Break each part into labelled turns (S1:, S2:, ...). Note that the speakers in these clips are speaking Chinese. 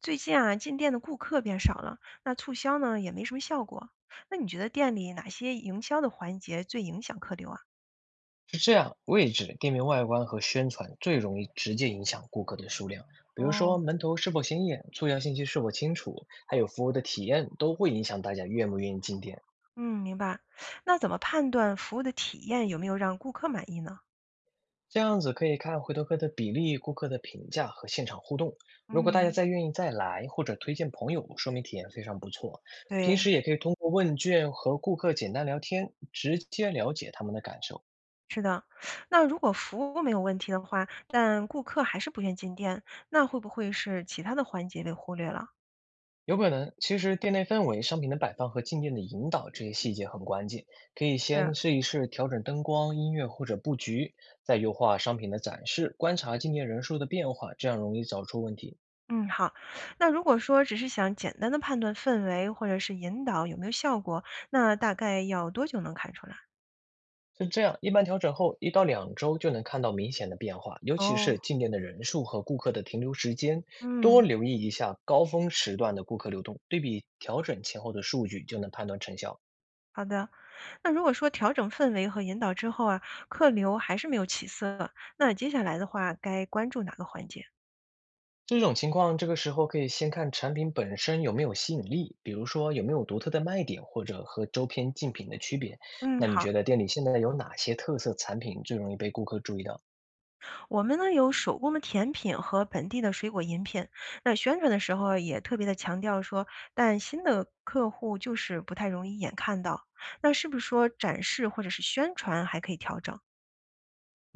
S1: 最近啊，进店的顾客变少了，那促销呢也没什么效果。那你觉得店里哪些营销的环节最影响客流啊？
S2: 是这样，位置、店面外观和宣传最容易直接影响顾客的数量。比如说，
S1: 哦，
S2: 门头是否显眼，促销信息是否清楚，还有服务的体验，都会影响大家愿不愿意进店。
S1: 嗯，明白。那怎么判断服务的体验有没有让顾客满意呢？
S2: 这样子可以看回头客的比例、顾客的评价和现场互动。如果大家
S1: 嗯，
S2: 再愿意再来，或者推荐朋友，说明体验非常不错。平
S1: 对，
S2: 时也可以通过问卷和顾客简单聊天，直接了解他们的感受。
S1: 是的。那如果服务没有问题的话，但顾客还是不愿进店，那会不会是其他的环节被忽略了？
S2: 有可能，其实店内氛围、商品的摆放和进店的引导这些细节很关键，可以
S1: 是，
S2: 先试一试调整灯光、音乐或者布局，再优化商品的展示，观察进店人数的变化，这样容易找出问题。
S1: 嗯，好。那如果说只是想简单的判断氛围或者是引导有没有效果，那大概要多久能看出来？
S2: 是这样，一般调整后1到2周就能看到明显的变化，尤其
S1: 哦，
S2: 是进店的人数和顾客的停留时间。多
S1: 嗯，
S2: 留意一下高峰时段的顾客流动，对比调整前后的数据就能判断成效。
S1: 好的。那如果说调整氛围和引导之后啊，客流还是没有起色，那接下来的话该关注哪个环节？
S2: 这种情况，这个时候可以先看产品本身有没有吸引力，比如说有没有独特的卖点，或者和周边竞品的区别。
S1: 嗯，
S2: 那你
S1: 好，
S2: 觉得店里现在有哪些特色产品最容易被顾客注意到？
S1: 我们呢有手工的甜品和本地的水果饮品。那宣传的时候啊也特别的强调说，但新的客户就是不太容易一眼看到。那是不是说展示或者是宣传还可以调整？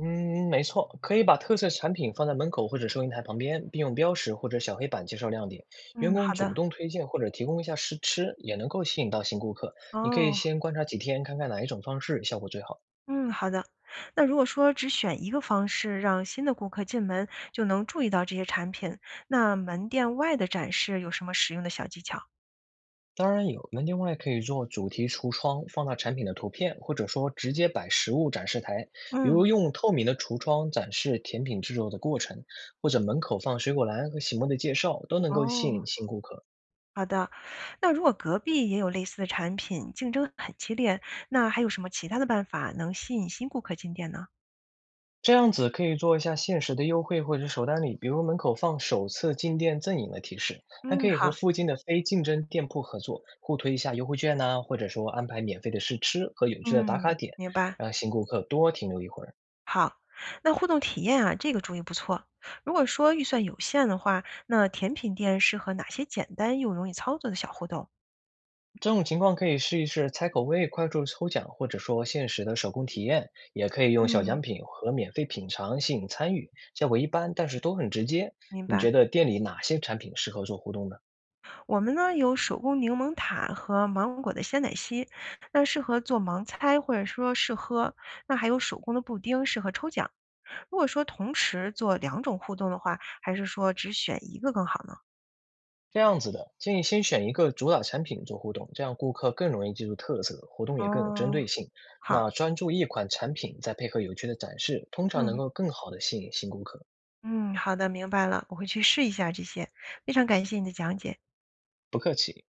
S2: 嗯，没错，可以把特色产品放在门口或者收银台旁边，并用标识或者小黑板介绍亮点。员
S1: 嗯，
S2: 工
S1: 好
S2: 主
S1: 的。
S2: 动推荐或者提供一下试吃，也能够吸引到新顾客。你可以
S1: 哦。
S2: 先观察几天，看看哪一种方式效果最好。
S1: 嗯，好的。那如果说只选一个方式让新的顾客进门就能注意到这些产品，那门店外的展示有什么实用的小技巧？
S2: 当然有，门店外可以做主题橱窗，放大产品的图片，或者说直接摆实物展示台，比
S1: 嗯，
S2: 如用透明的橱窗展示甜品制作的过程，或者门口放水果篮和醒目的介绍，都能够吸
S1: 哦，
S2: 引新顾客。
S1: 好的。那如果隔壁也有类似的产品，竞争很激烈，那还有什么其他的办法能吸引新顾客进店呢？
S2: 这样子可以做一下限时的优惠或者首单礼，比如门口放首次进店赠饮的提示，还可
S1: 嗯，
S2: 以
S1: 好，
S2: 和附近的非竞争店铺合作，互推一下优惠券呐、或者说安排免费的试吃和有趣的打卡
S1: 嗯，
S2: 点，
S1: 明白。
S2: 让新顾客多停留一会儿。
S1: 好，那互动体验啊，这个主意不错。如果说预算有限的话，那甜品店适合哪些简单又容易操作的小互动？
S2: 这种情况可以试一试猜口味、快速抽奖，或者说限时的手工体验，也可以用小
S1: 嗯。
S2: 奖品和免费品尝吸引参与，效果一般，但是都很直接。
S1: 明
S2: 你
S1: 白，
S2: 觉得店里哪些产品适合做互动呢？
S1: 我们呢有手工柠檬塔和芒果的鲜奶昔，那适合做盲猜或者说试喝。那还有手工的布丁，适合抽奖。如果说同时做两种互动的话，还是说只选一个更好呢？
S2: 这样子的，建议先选一个主打产品做互动，这样顾客更容易记住特色，活动也更有针
S1: 哦，
S2: 对性。
S1: 好，
S2: 那专注一款产品，再配合有趣的展示，通常能
S1: 嗯
S2: 够更好的吸引新顾客。
S1: 嗯，好的，明白了，我会去试一下这些。非常感谢你的讲解。
S2: 不客气。